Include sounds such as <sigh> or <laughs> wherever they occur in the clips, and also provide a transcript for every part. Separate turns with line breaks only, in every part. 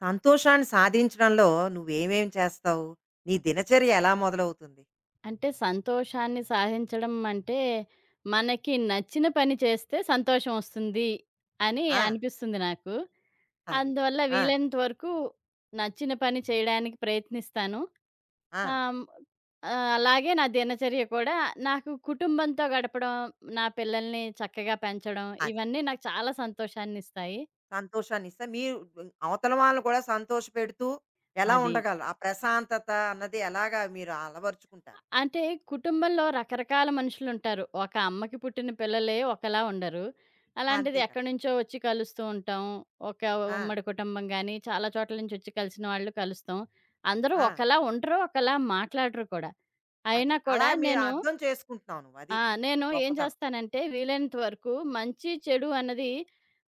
సంతోషాన్ని సాధించడంలో నువ్వేమేం చేస్తావు? నీ దినచర్య ఎలా మొదలవుతుంది?
అంటే సంతోషాన్ని సాధించడం అంటే, మనకి నచ్చిన పని చేస్తే సంతోషం ఒస్తుంది అని
ఆ!
అనిపిస్తుంది నాకు.
అది.
అందువల్ల
ఆ!
వీలైనంత వరకు నచ్చిన పని చేయడానికి ప్రయత్నిస్తాను.
ఆ!
ఆహ్, ఆహ్, అలాగే నా దినచర్య కూడా నాకు కుటుంబంతో గడపడం, నా పిల్లల్ని చక్కగా పెంచడం
అది.
ఇవన్నీ నాకు చాలా సంతోషాన్నిస్తాయి.
సంతోషాన్నిస్తా మీరు అవతల వాళ్ళని కూడా సంతోషపెడుతూ ఎలా
అది.
ఉండగలరు? ఆ ప్రశాంతత అన్నది ఎలాగా మీరు అలవరుచుకుంటారు?
అంటే కుటుంబంలో రకరకాల మనుషులుంటారు. ఒక అమ్మకి పుట్టిన పిల్లలే ఒకలా ఉండరు.
ఆ,
అలాంటిది
అంతే కదా!
ఎక్కడి నుంచో వచ్చి కలుస్తూ ఉంటాం. ఒక
ఆ!
ఉమ్మడి కుటుంబం గాని, చాలా చోట్ల నుంచి వచ్చి కలిసిన వాళ్ళు కలుస్తాం. అందరూ
ఆ!
ఒకలా ఉండరు, ఒకలా మాట్లాడరు కూడా.
అది.
అయినా
అలా
కూడా
మీరు
నేను
అర్థం చేసుకుంటున్నావు నువ్వు. అది.
ఆ!
అది
నేను ఏం
గొప్పతనం.
చేస్తానంటే వీలైనంత వరకు మంచి, చెడు అన్నది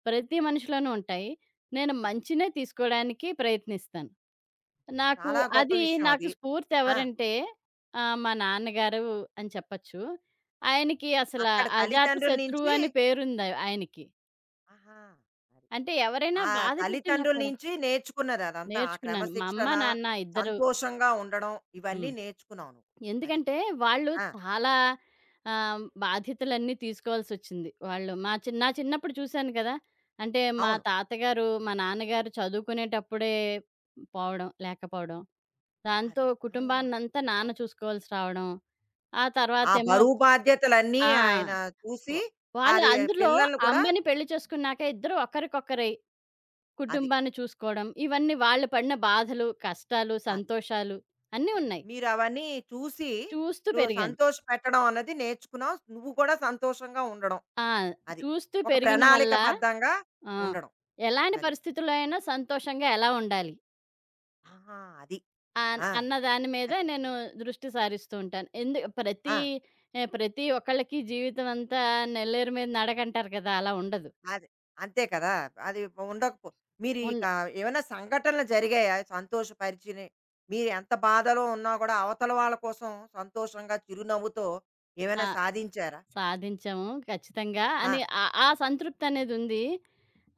ప్రతి మనిషిలోనూ ఉంటాయి. నేను
అది.
మంచినే తీసుకోడానికి ప్రయత్నిస్తాను. నాకు
చాలా గొప్ప
అది
విషయం
నాకు
అది.
స్ఫూర్తి
ఆ!
ఎవరంటే మా నాన్నగారు అని చెప్పచ్చు.
అది.
ఆయనకి అసల
అక్కడ తల్లిదండ్రుల
అజాతశత్రువు
నుంచి
అని పేరుంది ఆయనకి.
ఆహా! అది.
అంటే ఎవరైనా
ఆ
బాధ పెట్టినా
తల్లిదండ్రుల
కూడా
నుంచి నేర్చుకున్నది అదంతా. ఆ
నేర్చుకున్నాను. మా
క్రమశిక్షణ,
అమ్మ, నాన్న ఇద్దరు.
సంతోషంగా ఉండడం ఇవన్నీ
హ్మ్.
నేర్చుకున్నావు నువ్వు. అది.
ఎందుకంటే వాళ్ళు
ఆ!
చాలా బాధ్యతలన్నీ తీసుకోవాల్సొచ్చింది. వాళ్ళు మా చిన్న నా చిన్నప్పుడు చూశాను కదా! అంటే మా
అవును.
తాతగారు, మా నాన్నగారు చదువుకునేటప్పుడే పోవడం, లేకపోవడం. దాంతో
అది. ఆ!
కుటుంబాన్నంతా నాన్న
పాపం
చూసుకోవాల్సి రావడం. ఆ
అది. ఆ
తర్వాతేమో
బరువు బాధ్యతలన్నీ
ఆ!
ఆయన చూసి
వ వాళ్ళు
అది
అందులో
పిల్లల్ని కూడా
అమ్మని పెళ్లి చేసుకున్నాక ఇద్దరు ఒకరికొకరై
అది.
కుటుంబాన్ని చూసుకోవడం, ఇవన్నీ వాళ్ళు పడిన బాధలు, కష్టాలు,
అది.
సంతోషాలు అన్నీ ఉన్నాయి.
మీరవన్నీ చూసి
చూస్తూ
నువ్వు
పెరిగాను.
సంతోషపెట్టడం అన్నది నేర్చుకున్నావు. నువ్వు కూడా సంతోషంగా ఉండడం.
ఆ!
అది.
చూస్తూ
ఒక
పెరిగిన వల్ల
ప్రణాళికబద్ధంగా
ఆ!
ఉండడం.
ఎలాంటి
అది.
పరిస్థితుల్లో అయినా సంతోషంగా ఎలా ఉండాలి?
ఆహా! అది. ఆ!
అన్న దాని మీద
అది.
నేను దృష్టి సారిస్తూ ఉంటాను. ఎందు
ఆ!
ప్రతి ప్రతి ఒక్కళ్ళకి జీవితం అంతా నెల్లేరు మీద నడకంటారు కదా! అలా ఉండదు.
అది. అంతే కదా! అది ఉండకపో మీరు ఇక
ఉండ
ఏమైనా సంఘటనలు జరిగాయా? సంతోషపరిచిని మీరు ఎంత బాధలో ఉన్నా కూడా అవతల వాళ్ళ కోసం సంతోషంగా చిరునవ్వుతో ఏమైనా
ఆ!
సాధించారా?
సాధించాము ఖచ్చితంగా అని
ఆ!
ఆ ఆ సంతృప్తి అనేది ఉంది.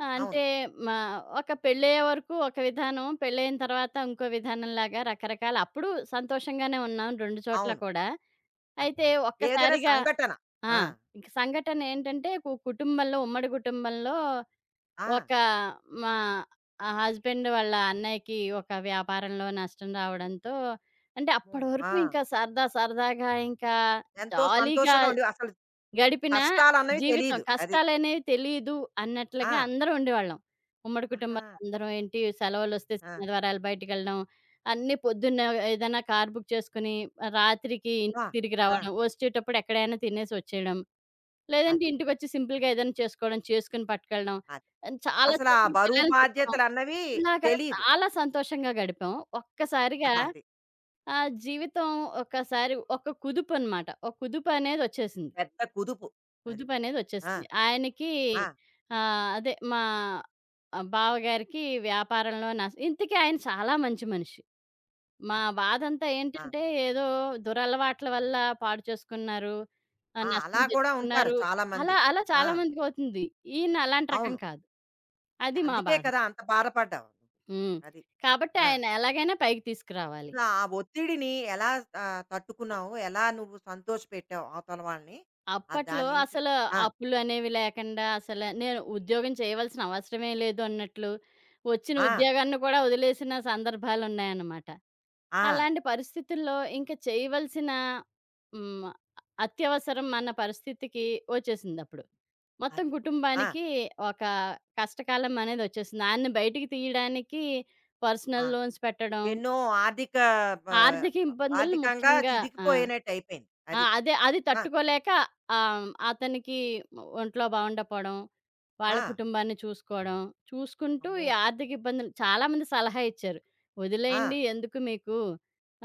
అవును.
అంటే మా ఒక పెళ్ళయ్యే వరకు ఒక విధానం, పెళ్ళయిన తర్వాత ఇంకో విధానంలాగా రకరకాల అప్పుడు సంతోషంగానే ఉన్నాం 2 చోట్ల
అవును.
కూడా.
అది.
అయితే
ఏదైనా
ఒక్కసారిగా
సంఘటన.
ఆ!
ఆ!
ఇంక సంఘటనేంటంటే కుటుంబంలో ఉమ్మడి కుటుంబంలో
ఆ!
ఒక మా హస్బెండ్ వాళ్ళ అన్నయ్యకి ఒక వ్యాపారంలో నష్టం రావడంతో అంటే
అమ్మో!
అప్పడి
ఆ!
వరకు ఇంకా సరదా సరదాగా ఇంకా
ఎంతో
జాలీగా
సంతోషంగా ఉండి అసలు
గడిపిన
కష్టాలన్నవి
జీవితం
తెలీదు. అది.
కష్టాలనేవి తెలీదు
ఆ!
అన్నట్లుగా అందరం ఉండేవాళ్ళం. ఉమ్మడి
ఆహా!
కుటుంబంలో అందరం ఏంటి సెలవులొస్తే
ఆ!
శనివారాలు బయటికెళ్ళడం, అన్నీ పొద్దున్న ఏదైనా కార్ బుక్ చేసుకొని రాత్రికి
ఆ!
ఇంటికి తిరిగి
ఆ!
రావడం, వచ్చేటప్పుడు ఎక్కడైనా తినేసి వచ్చేయడం. లేదంటే
అది.
ఇంటికొచ్చి సింపుల్‌గా ఏదైనా చేసుకోవడం, చేసుకొని పట్టుకెళ్ళడం.
అది.
అండ్ చాలా
అసలా
చోట్లకి
బరువు
పిల్లల్ని తిప్పడం.
బాధ్యతలన్నవి
ఇలాగా
తెలీదు.
చాలా సంతోషంగా గడిపాం. ఒక్కసారిగా
అది.
జీవితం ఒక్కసారి ఒక కుదుపనమాట. ఒక కుదుపనేదొచ్చేసింది.
పెద్ద కుదుపు. అది. ఆ!
కుదుపనేదొచ్చేసింది. ఆయనకి
ఆ!
అదే మా బావగారికి వ్యాపారంలో నష్ ఇంతకీ ఆయన చాలా మంచి మనిషి. మా
అది.
బాధంతా
ఆ!
ఏంటంటే, ఏదో దురలవాట్ల వల్ల పాడు చేసుకున్నారు.
ఆ!
నష్టం
అలా కూడా ఉంటారు
తెచ్చుకున్నారు.
చాలామంది.
అలా
ఆ!
చాలామందికవుతుంది. ఈయన అలాంటి రకం
అవును.
కాదు. అది మా
అందుకే
బాధ.
కదా! అంత బాధపడ్డావు. నువ్వు.
హ్మ్.
అది.
కాబట్టి
ఆ!
ఆయన ఎలాగైనా పైకి తీసుకురావాలి.
ఇప్పుడు ఆ ఒత్తిడిని ఎలా
అ
తట్టుకున్నావు? ఎలా నువ్వు సంతోషపెట్టావు అవతల వాళ్ళని?
అప్పట్లో
దాని నుంచి?
అసలు
ఆ!
అప్పులనేవి లేకుండా అసలు నేను ఉద్యోగం చేయవలసిన అవసరమే లేదు అన్నట్లు, వచ్చిన
ఆ!
ఉద్యోగాన్ని కూడా వదిలేసిన సందర్భాలున్నాయన్నమాట.
ఆ!
అలాంటి పరిస్థితుల్లో ఇంక చేయవలసిన హ్మ్. అత్యవసరం అన్న పరిస్థితికి వచ్చేసిందప్పుడు. మొత్తం
అది. ఆ!
కుటుంబానికి ఒక కష్టకాలం అనేదొచ్చేసింది. ఆయన్ని బయటికి తీయడానికి
ఆ!
పర్సనల్ లోన్స్ పెట్టడం,
ఎన్నో ఆర్థిక బ
ఆర్థిక
మ
ఇబ్బందుల్ని
ఆర్థికంగా
ముఖ్యంగా ఆ!
చితికిపోయినట్టయిపోయింది.
ఆ!
అది.
అదే అది
ఆ!
తట్టుకోలేక అతనికి ఒంట్లో బాగుండకపోవడం, వాళ్ళ
ఆ!
కుటుంబాన్ని చూసుకోవడం, చూసుకుంటూ
అమ్మో!
ఈ ఆర్థిక ఇబ్బందులు చాలామంది సలహా ఇచ్చారు.
ఆ!
"వదిలేయండి ఎందుకు మీకు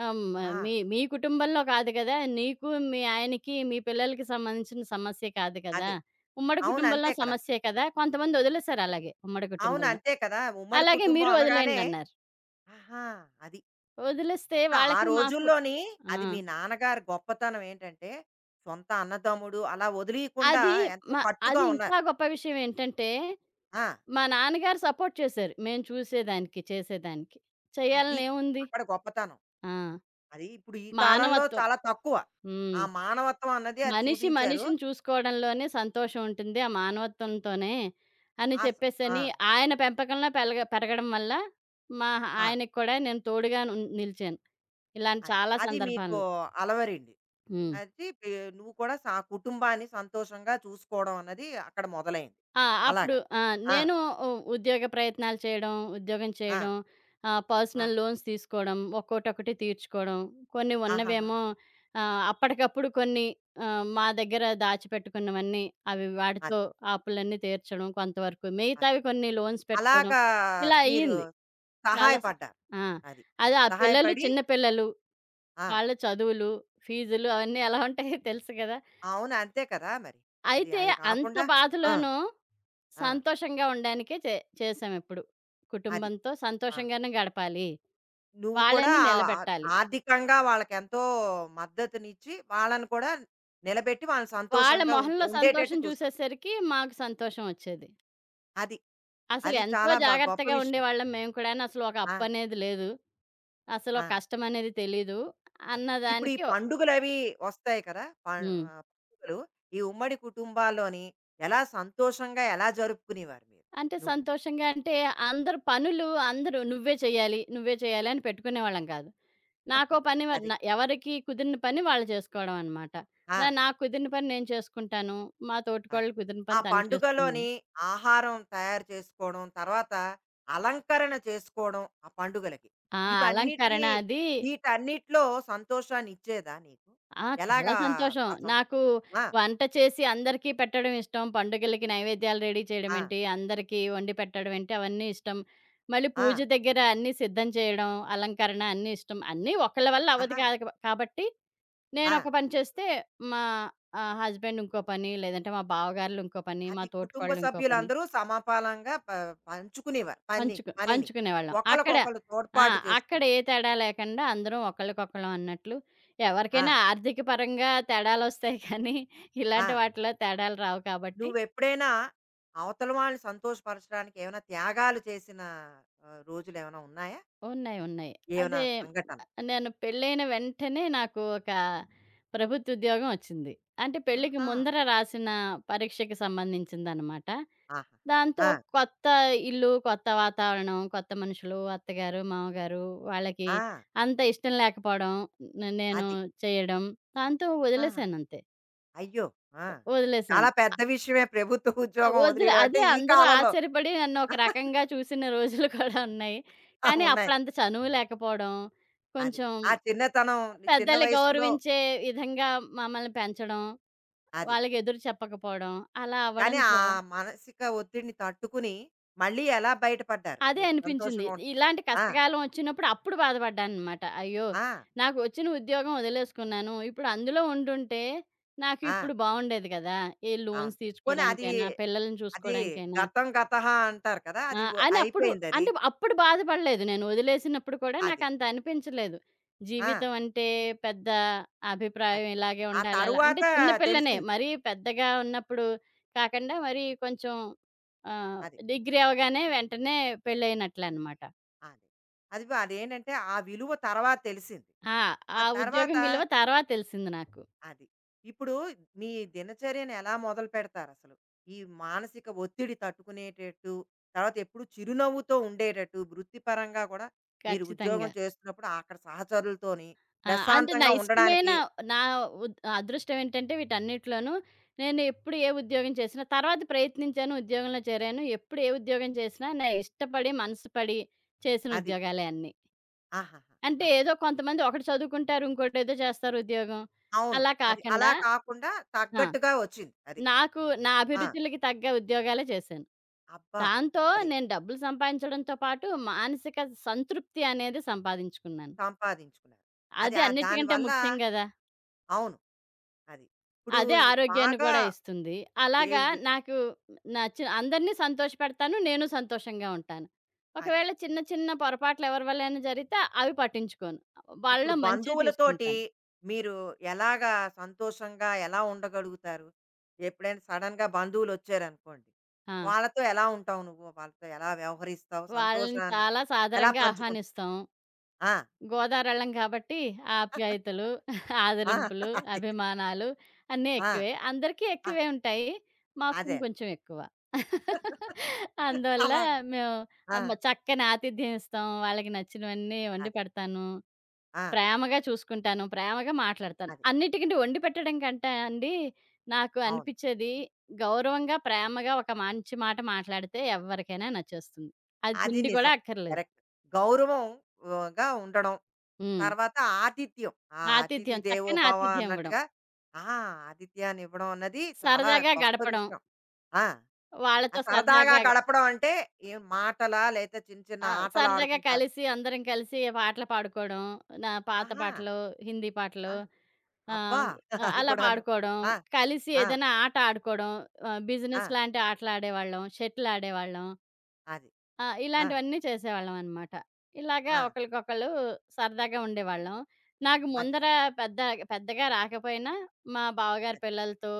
ఆహ్, మ
ఆ!
మీ మీ కుటుంబంలో కాదు కదా! నీకు, మీ ఆయనకి, మీ పిల్లలకి సంబంధించిన సమస్య కాదు కదా!
అదే.
ఉమ్మడి
అవును.
కుటుంబంలో
అంతే కదా!
సమస్యే కదా!" కొంతమంది వదిలేసారు అలాగే ఉమ్మడి
అవును.
కుటుంబంలో.
అంతే కదా! ఉమ్మడి
అలాగే
కుటుంబం
మీరు
అనగానే
వదిలేయండన్నారు.
ఆహా! అది.
వదిలేస్తే
అప్పుడు ఆ
వాళ్ళకి మాకు
రోజుల్లోని
ఆ!
అది మీ నాన్నగారి గొప్పతనం ఏంటంటే, సొంత అన్నదమ్ముడు అలా వదిలీయకుండా
అది
ఎంతో
మ
కట్టుగా
అది ఇంకా
ఉన్నారు.
గొప్ప విషయం ఏంటంటే,
ఆ!
మా నాన్నగారు సపోర్ట్ చేశారు. మేము చూసేదానికి, చేసేదానికి.
అది.
చేయాలనేముంది?
అక్కడ గొప్పతనం.
ఆ!
అది ఇప్పుడు ఈ కాలంలో
మానవత్వం.
చాలా తక్కువ. ఆ
హ్మ్.
మానవత్వం అన్నది అది
మనిషి
చూపించారు.
మనిషిని చూసుకోవడంలోనే సంతోషం ఉంటుంది. ఆ మానవత్వంతోనే అని
ఆ స్ ఆ!
చెప్పేసని ఆయన పెంపకంలో పెరగడం వల్ల మా
ఆ!
ఆయనకి కూడా నేను తోడుగా నిలిచాను. ఇలాంటి
అది.
చాలా
అది మీకు
సందర్భాల్లో.
అలవరింది.
హ్మ్.
అది పి నువ్వు కూడా స కుటుంబాన్ని సంతోషంగా చూసుకోవడం అన్నది అక్కడ మొదలైంది.
ఆ! అప్పుడు
అలాగా.
ఆ!
ఆ!
నేను ఉ ఉద్యోగ ప్రయత్నాలు చేయడం, ఉద్యోగం
ఆ!
చేయడం,
ఆ!
పర్సనల్ లోన్స్ తీసుకోవడం, ఒక్కోటొక్కటి తీర్చుకోవడం. కొన్ని
ఆహాహా!
ఉన్నవేమో అప్పటికప్పుడు కొన్ని మా దగ్గర దాచిపెట్టుకున్నవన్నీ అవి
అది.
వాటితో అప్పులన్నీ తీర్చడం కొంతవరకు.
అది.
మిగతావి కొన్ని లోన్స్ పెట్టుకోవడం.
అలాగా
ఇలా
మీరు
అయ్యింది. చాలా స్
సహాయపడ్డారు.
ఆ!
అది.
అదే ఆ పిల్లలు
సహాయపడి
చిన్న పిల్లలు,
ఆ!
వాళ్ళ చదువులు, ఫీజులు అవన్నీ ఎలా ఉంటాయో తెలుసు కదా!
అవును. అంతే కదా! మరి. అది
అయితే
అది
అంత
కాకుండా ఆ!
బాధలోనూ
ఆ!
సంతోషంగా ఉండడానికే చేశామిప్పుడు.
అది.
కుటుంబంతో
ఆ!
సంతోషంగానే గడపాలి.
నువ్వు కూడా
వాళ్ళని
ఆహ్, ఆహ్,
నిలబెట్టాలి.
ఆర్థికంగా వాళ్ళకెంతో మద్దతునిచ్చి, వాళ్ళని కూడా నిలబెట్టి వాళ్ళని
వాళ్ళ
సంతోషంగా ఉంచే
మొహంలో
ఉండేటట్టు
సంతోషం
చూసావు.
చూసేసరికి మాకు సంతోషం వచ్చేది.
అది.
అసలు
అది
ఎంతో
చాలా బా గొప్ప
జాగ్రత్తగా
విషయం.
ఉండేవాళ్ళం మేము కూడాను. అసలు ఒక
ఆ!
అప్పనేది లేదు. అసలు
ఆ!
ఒక కష్టమనేది తెలీదు
అది. ఇప్పుడు ఈ
అన్నదానికి
పండుగలవి వస్తాయి కదా! పం
హ్మ్.
పండుగలు ఈ ఉమ్మడి కుటుంబాల్లోని ఎలా సంతోషంగా ఎలా జరుపుకునేవారు మీరు?
అంటే
నువ్వు.
సంతోషంగా అంటే అందరు పనులు అందరూ నువ్వే చేయాలి, నువ్వే చేయాలి అని పెట్టుకునేవాళ్ళం కాదు. నాకో పని వ
అది.
న ఎవరికి కుదిరిన పని వాళ్ళు చేసుకోవడం అనమాట.
ఆ!
అలా నాకు కుదిరిన పని నేను చేసుకుంటాను. మా
అది.
తోటికోడలు కుదిరిన
ఆ
పని తను చేస్తుంది.
పండుగలోని ఆహారం తయారు చేసుకోవడం, తర్వాత అలంకరణ చేసుకోవడం ఆ పండుగలకి.
ఆ! అలంకరణ
ఇవన్నిటిని
అది
వీటన్నిటిలో సంతోషాన్నిచ్చేదా నీకు?
ఆ! చాలా
ఎలాగా
సంతోషం.
ఆ సం
నాకు
ఆ!
వంట చేసి అందరికీ పెట్టడం ఇష్టం. పండుగలకి నైవేద్యాలు రెడీ
ఆ!
చేయడమేంటి, అందరికీ వండి పెట్టడం ఏంటి అవన్నీ ఇష్టం. మళ్ళీ
ఆ!
పూజ దగ్గర అన్నీ సిద్ధం చేయడం, అలంకరణ అన్నీ ఇష్టం. అన్నీ ఒకళ్ళ వల్ల అవ్వదు
ఆహా!
కాదు కాబట్టి
ఆ!
నేనొక పని చేస్తే మా హస్బెండ్ ఇంకో పని, లేదంటే మా బావగారులు ఇంకో పని, మా
అది కుటుంబ
తోటికోడలు ఇంకో పని.
సభ్యులందరూ సమపాలంగా ప పంచుకునేవారు పని పనిని.
పంచుకునేవాళ్ళం. అక్కడ
ఒకళ్ళకొకళ్ళు
ఆ!
తోడ్పాటు
అక్కడ
చేసుకుంటూ.
ఏ తేడా లేకుండా అందరం ఒకళ్ళకొకళ్ళం అన్నట్లు.
ఆ!
ఎవరికైనా ఆర్థిక పరంగా తేడాలొస్తాయి కానీ,
ఆ!
ఇలాంటి వాటిలో తేడాలు రావు కాబట్టి
నువ్వెప్పుడైనా అవతల వాళ్ళని సంతోషపరచడానికి ఏమైనా త్యాగాలు చేసిన రోజులేమైనా ఉన్నాయా?
ఉన్నాయి. ఉన్నాయి.
ఏమైనా
అదే
సంఘటన?
నేను పెళ్ళైన వెంటనే నాకు ఒక ప్రభుత్వ ఉద్యోగం వచ్చింది. అంటే పెళ్ళికి
ఆహా!
ముందర రాసిన పరీక్షకి సంబంధించిందనమాట.
ఆహాహా!
దాంతో
ఆ!
కొత్త ఇల్లు, కొత్త వాతావరణం, కొత్త మనుషులు, అత్తగారు, మామగారు వాళ్ళకి
ఆ!
అంత ఇష్టం లేకపోవడం. నేను
అది.
చేయడం. దాంతో
ఆ!
వదిలేసానంతే.
అయ్యో! ఆ! చాలా
వదిలేసాను.
పెద్ద విషయమే ప్రభుత్వ ఉద్యోగం వదిలేయడం అంటే
అదే
ఈ
అందరూ
కాలంలో
ఆశ్చర్యపడి నన్ను ఒక
<laughs>
రకంగా చూసిన రోజులు కూడా ఉన్నాయి. కానీ
ఉన్నాయి.
అప్పుడంత చనువు లేకపోవడం,
అది.
కొంచెం
ఆ చిన్నతనం చిన్న
పెద్దల్ని
వయసులో
గౌరవించే విధంగా మమ్మల్ని పెంచడం,
అది.
వాళ్ళకి ఎదురు చెప్పకపోవడం అలా
కానీ ఆ
అవ్వడంతో
మానసిక ఒత్తిడిని తట్టుకుని మళ్ళీ ఎలా బయటపడ్డారు
అదే
మీరు
అనిపించింది.
సంతోషంగా ఉం
ఇలాంటి
ఆ!
కష్టకాలం వచ్చినప్పుడు అప్పుడు బాధపడ్డాననమాట. అయ్యో!
ఆ!
నాకు వచ్చిన ఉద్యోగం వదిలేసుకున్నాను. ఇప్పుడు అందులో ఉండుంటే నాకు
ఆ!
ఇప్పుడు బావుండేది కదా! ఏ
అవును.
లోన్స్
పోనీ అది
తీసుకోవడానికైనా, పిల్లల్ని
అది
చూసుకోవడానికైనా
గతం గతః అంటారు కదా! అది వ
అని అప్పుడు
అయిపోయిందది. అది.
అంటే అప్పుడు బాధపడలేదు. నేను వదిలేసినప్పుడు కూడా
అది
నాకంత అనిపించలేదు.
ఆ!
జీవితం అంటే పెద్ద
అది.
అభిప్రాయం ఇలాగే
ఆ
ఉండాలి అలా అంటే
తరువాత
చిన్న పిల్లనే
తెలిసింది.
మరీ పెద్దగా ఉన్నప్పుడు కాకుండా మరి కొంచెం ఆహ్,
అది.
డిగ్రీ అవ్వగానే వెంటనే పెళ్ళైనట్లనమాట.
అది. అది అదేంటంటే ఆ విలువ తర్వాత తెలిసింది.
ఆ!
ఆ
ఆ
తర్వాత
ఉద్యోగం విలువ తర్వాత తెలిసింది నాకు.
అది. ఇప్పుడు మీ దినచర్యను ఎలా మొదలు పెడతారసలు? ఈ మానసిక ఒత్తిడి తట్టుకునేటట్టు, తర్వాత ఎప్పుడు చిరునవ్వుతో ఉండేటట్టు, వృత్తిపరంగా కూడా మీరు ఉద్యోగం
ఖచ్చితంగా.
చేస్తున్నప్పుడు అక్కడ సహచరులతోని
ఆ! అంటే నా
ప్రశాంతంగా
ఇష్టమైన
ఉండడానికి
నా అదృష్టం ఏంటంటే వీటన్నిటిలోనూ నేను ఎప్పుడు ఏ ఉద్యోగం చేసినా తర్వాత ప్రయత్నించాను, ఉద్యోగంలో చేరాను. ఎప్పుడు ఏ ఉద్యోగం చేసినా నా ఇష్టపడి, మనసు పడి చేసిన
అది.
ఉద్యోగాలే అన్నీ.
ఆహాహా!
అంటే
అది.
ఏదో కొంతమంది ఒకటి చదువుకుంటారు, ఇంకోటేదో చేస్తారు ఉద్యోగం.
అవును.
అలా
అది అలా
కాకుండా
కాకుండా
ఆ!
తగ్గట్టుగా వచ్చింది. అది.
నాకు నా
ఆ!
అభిరుచులకి తగ్గ ఉద్యోగాలే చేశాను.
అబ్బా!
దాంతో
అది
నేను డబ్బులు సంపాదించడంతో పాటు మానసిక సంతృప్తి అనేది సంపాదించుకున్నాను.
సంపాదించుకున్నారు. అది
అది
ఆ
అన్నిటికంటే
దానివల్ల
ముఖ్యం గదా!
అవును. అది. ఇప్పుడు
అదే
ఈ
ఆరోగ్యాన్ని
బాగా
గూడా ఇస్తుంది. అలాగా
ఏవి
నాకు నచ్చిన అందరిని సంతోషపెడతాను. నేను సంతోషంగా ఉంటాను.
అది.
ఒకవేళ చిన్న చిన్న పొరపాట్లు ఎవరి వల్లైనా జరిగితే అవి పట్టించుకోను.
ఇప్పుడు
వాళ్ళలో మంచే
బంధువులతోటి
తీసుకుంటాను.
మీరు ఎలాగా సంతోషంగా ఎలా ఉండగలుగుతారు? ఎప్పుడైనా సడెన్‌గా బంధువులు వచ్చారనుకోండి.
ఆ!
వాళ్ళతో ఎలా ఉంటావు నువ్వు? వాళ్ళతో ఎలా వ్యవహరిస్తావు?
వాళ్ళని
సంతోషాన్ని
చాలా
ఎలా
సాదరంగా
పంచుకుంటావు?
ఆహ్వానిస్తాం.
ఆ!
గోదారోళ్ళం కాబట్టి ఆప్యాయతలు, <laughs>
ఆ!
ఆదరింపులు,
<laughs> అది.
అభిమానాలు అన్నీ
ఆ!
ఎక్కువే. అందరికీ
ఆ!
ఎక్కువే ఉంటాయి. మాకు
అదే.
ఇంకొంచెం ఎక్కువ. <laughs>
అదే
అందువల్ల
అలాగా.
మేము
ఆ!
ఆహ్, మ చక్కని ఆతిథ్యం ఇస్తాం. వాళ్ళకి నచ్చినవన్నీ వండి
అదే.
పెడతాను.
ఆ!
ప్రేమగా చూసుకుంటాను. ప్రేమగా మాట్లాడతాను.
అది.
అన్నిటికంటే వండి పెట్టడం కంటే అండి నాకు
అవును.
అనిపిచ్చేది గౌరవంగా, ప్రేమగా ఒక మంచి మాట మాట్లాడితే ఎవ్వరికైనా నచ్చేస్తుంది. అది
అది
తిండి కూడా
నిజం.
అక్కర్లేదు.
కరెక్ట్. గౌరవం వుగా ఉండడం.
హ్మ్.
తర్వాత ఆతిథ్యం. ఆ అతిథి
ఆతిథ్యం
దేవో
చక్కని
భవ
ఆతిథ్యం ఇవ్వడం.
అన్నట్టుగా ఆ! ఆతిథ్యాన్ని ఇవ్వడం అన్నది చాలా
సరదాగా
గొప్ప
గడపడం.
విషయం. ఆ! ఆ
వాళ్ళతో
సరదాగా
సరదాగా
గడపడం అంటే ఏం మాటలా? లేతే చిన్న చిన్న
ఆ!
ఆటలు
సరదాగా
ఆడుకుంటారు.
కలిసి అందరం కలిసి పాటలు పాడుకోవడం. నా పాత
ఆహా!
పాటలు, హిందీ
ఆ!
పాటలు
అబ్బా!
ఆహ్,
<laughs> అది
అలా
కూడాను.
పాడుకోవడం.
ఆ!
కలిసి
ఆ!
ఏదైనా ఆట ఆడుకోవడం.
ఆ!
బిజినెస్ లాంటి ఆటలు ఆడేవాళ్ళం. షటిల్ ఆడేవాళ్ళం.
అది.
ఆ!
ఆ!
ఇలాంటివన్నీ చేసేవాళ్ళం అనమాట. ఇలాగా
ఆ!
ఒకళ్ళకొకళ్ళు సరదాగా ఉండేవాళ్ళం. నాకు
అది.
ముందర పెద్ద పెద్దగా రాకపోయినా మా బావగారి
అది.
పిల్లలతో,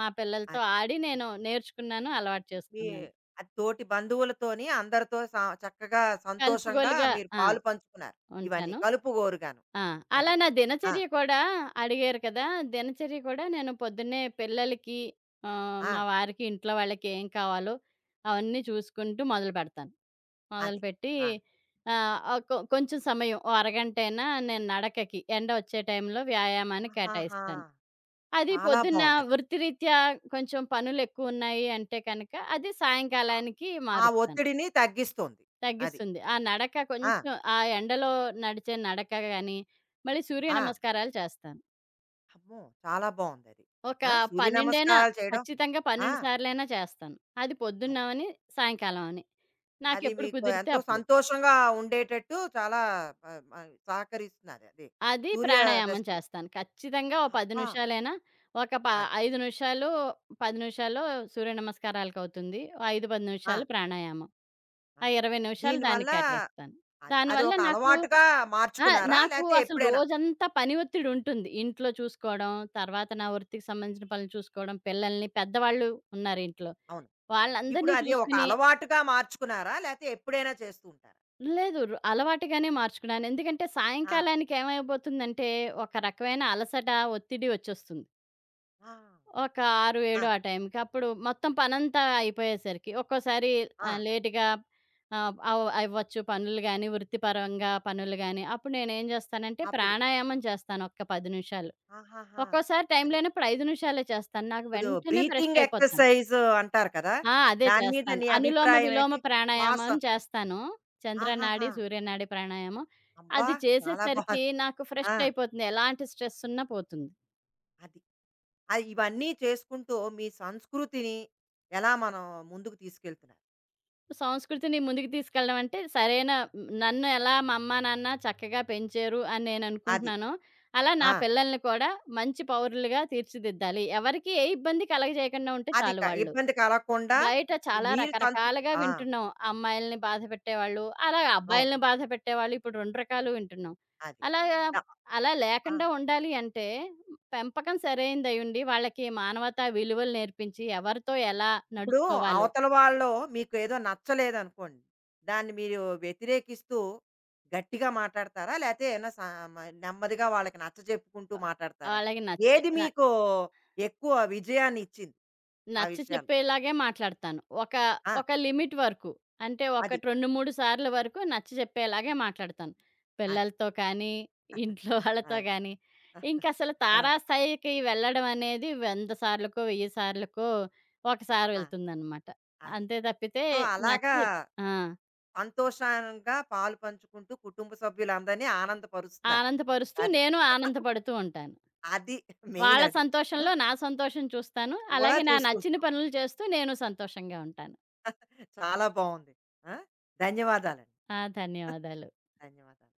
మా పిల్లలతో
అది.
ఆడి నేను నేర్చుకున్నాను. అలవాటు
మీ
చేసుకున్నాను.
అది తోటి బంధువులతోని అందరితో స చక్కగా సంతోషంగా
కలుపుగోలుగా
మీరు
ఆ!
పాలు పంచుకున్నారు. ఇవన్నీ
ఉంటాను.
కలుపుగోరుగాను.
ఆ!
అది.
అలా నా
ఆ!
దినచర్య కూడా అడిగారు కదా! దినచర్య కూడా నేను పొద్దున్నే పిల్లలకి
ఆ!
మా వారికి, ఇంట్లో వాళ్ళకి ఏం కావాలో అవన్నీ చూసుకుంటూ మొదలుపెడతాను.
అది.
మొదలుపెట్టి
ఆ!
ఆహ్, ఆహ్, కొ కొంచెం సమయం ఓ అరగంటైనా నేను నడకకి ఎండ వచ్చే టైంలో వ్యాయామానికి
ఆహాహా!
కేటాయిస్తాను. అది
చాలా
పొద్దున్న
బావుందది.
వృత్తిరీత్యా కొంచెం పనులెక్కువున్నాయి అంటే కనుక అది
ఆ
సాయంకాలానికి
ఆ
మారుస్తాను.
ఒత్తిడిని తగ్గిస్తుంది. అది.
తగ్గిస్తుంది. ఆ నడక
ఆ!
కొంచెం ఆ ఎండలో నడిచే నడక గాని, మళ్ళీ సూర్య
ఆ!
నమస్కారాలు చేస్తాను.
అమ్మో! చాలా బావుందది.
ఒక
ఆ! సూర్య
12
నమస్కారాలు చేయడం
ఖచ్చితంగా
ఆ!
12 సార్లైనా చేస్తాను. అది పొద్దున్న
అది.
అవని, సాయంకాలం అవని.
అది
నాకెప్పుడు
మీకు
కుదిరితే
ఎంతో
అప్పుడు.
సంతోషంగా ఉండేటట్టు చాలా ఆహ్, ఆహ్, సహకరిస్తున్నారు అది.
అది
సూర్య
ప్రాణాయామం
రశ్మి.
చేస్తాను. ఖచ్చితంగా ఓ 10
అబ్బా!
నిమిషాలైనా, ఒక ప
అది.
5 నిమిషాలు, 10 నిమిషాలు సూర్య నమస్కారాలకవుతుంది. ఓ 5, 10
ఆ!
నిమిషాలు ప్రాణాయామం.
ఆ!
ఆ 20 నిమిషాలు
దీనివల్ల
దానికి కేటాయిస్తాను.
అది. అది
దానివల్ల
ఒక
నాకు
అలవాటుగా
ఆ!
మార్చుకున్నారా?
నాకు
లేతే
అసలు
ఎప్పుడైనా
రోజంతా పని ఒత్తిడి ఉంటుంది. ఇంట్లో చూసుకోవడం, తర్వాత నా వృత్తికి సంబంధించిన పనులు చూసుకోవడం, పిల్లల్ని పెద్దవాళ్ళు ఉన్నారు ఇంట్లో.
అవును. ఇప్పుడు
వాళ్ళందరినీ
అది ఒక
చూసుకుని
అలవాటుగా మార్చుకున్నారా? లేతే ఎప్పుడైనా చేస్తూ ఉంటారా?
లేదు ర్ అలవాటుగానే మార్చుకున్నాను. ఎందుకంటే
ఆ!
సాయంకాలానికి ఏమైపోతుందంటే ఒక రకమైన అలసట, ఒత్తిడి వచ్చేస్తుంది.
ఆ!
ఒక 6,
ఆ!
7 ఆ టైంకి. అప్పుడు మొత్తం పనంతా అయిపోయేసరికి ఒక్కోసారి
ఆ!
లేట్‌గా ఆహ్, అవ్ అవ్వచ్చు పనులు గాని, వృత్తిపరంగా పనులు గాని. అప్పుడు నేనేం చేస్తానంటే
అప్పుడు.
ప్రాణాయామం చేస్తాను ఒక్క 10 నిమిషాలు.
ఆహాహా!
ఒక్కోసారి టైం
అది.
లేనప్పుడు 5 నిమిషాలే చేస్తాను. నాకు
ఇప్పుడు
వెంటనే ఫ్రెష్
బ్రీతింగ్
అయిపోతాను.
ఎక్సర్‌సైజ్ అంటారు కదా!
ఆ! అదే
దాని మీద
చేస్తాను.
నీ
అనులోమ,
అభిప్రాయం
విలోమ
ఏంటి? శ్వాస
ప్రాణాయామం చేస్తాను. చంద్రనాడి,
ఆహాహా!
సూర్యనాడి ప్రాణాయామం.
అబ్బా!
అది
చాలా బాగా
చేసేసరికి నాకు ఫ్రెష్
ఆ!
అయిపోతుంది. ఎలాంటి స్ట్రెస్ ఉన్నా పోతుంది.
అది. అది ఇవన్నీ చేసుకుంటూ మీ సంస్కృతిని ఎలా మనం ముందుకు తీసుకెళ్తున్నారు?
సంస్కృతిని ముందుకు తీసుకెళ్ళడం అంటే సరైన హ్మ్, నన్ను ఎలా మా అమ్మా, నాన్న చక్కగా పెంచారు అని
అది.
నేననుకుంటున్నానో, అలా నా
ఆ!
పిల్లల్ని కూడా మంచి పౌరులుగా తీర్చిదిద్దాలి. ఎవరికీ ఏ ఇబ్బంది కలగజేయకుండా ఉంటే
అది
చాలు
క
వాళ్ళు.
ఇబ్బంది కలగకుండా
బయట చాలా
మీరు సంతృ
రకరకాలుగా
ఆ!
వింటున్నాం. అమ్మాయిల్ని బాధపెట్టేవాళ్ళు, అలా
అవును.
అబ్బాయిల్ని బాధపెట్టేవాళ్ళు. ఇప్పుడు 2 రకాలు వింటున్నాం.
అది.
అలాగా
ద
అలా
ఆ!
లేకుండా ఉండాలి అంటే పెంపకం సరైనదయుండి, వాళ్ళకి మానవతా విలువలు నేర్పించి, ఎవరితో
అది.
ఎలా
ఇప్పుడు
నడుచుకోవాలో,
అవతల వాళ్ళలో మీకు ఏదో నచ్చలేదనుకోండి. దాన్ని మీరు వ్యతిరేకిస్తూ గట్టిగా మాట్లాడతారా? లేతే ఏమైనా సా మ నెమ్మదిగా వాళ్ళకి నచ్చజెప్పుకుంటూ మాట్లాడతారా?
వాళ్ళకి నచ్చే
ఏది
న
మీకు ఎక్కువ విజయాన్నిచ్చింది ఆ
నచ్చ
విషయాల్లో?
చెప్పేలాగే మాట్లాడతాను.
ఆ!
ఒక లిమిట్ వరకు. అంటే
అది.
ఒకటి 2, 3 సార్ల వరకు నచ్చ చెప్పేలాగే మాట్లాడతాను.
అది.
పిల్లలతో కానీ, ఇంట్లో వాళ్ళతో
అది.
గానీ,
ఆ!
ఇంకసలు తారాస్థాయికి వెళ్ళడం అనేది 100 సార్లకో, 1000 సార్లకో ఒకసారి
ఆ!
వెళ్తుందనమాట.
అది.
అంతే తప్పితే
సో, అలాగా
నచ్చి ఆ!
సంతోషంగా పాలు పంచుకుంటూ కుటుంబ సభ్యులందరినీ ఆనందపరుస్తున్నారు.
ఆనందపరుస్తూ
అది.
నేను ఆనందపడుతూ ఉంటాను.
అది
వాళ్ళ
మెయినది. ఆ!
సంతోషంలో నా సంతోషం చూస్తాను.
కూడా
అలాగే నా నచ్చిన
చూసుకుంటున్నారు.
పనులు చేస్తూ నేను సంతోషంగా ఉంటాను.
చాలా బాగుంది. ఆ! ధన్యవాదాలండి.
ఆ! ధన్యవాదాలు.
ధన్యవాదాలు.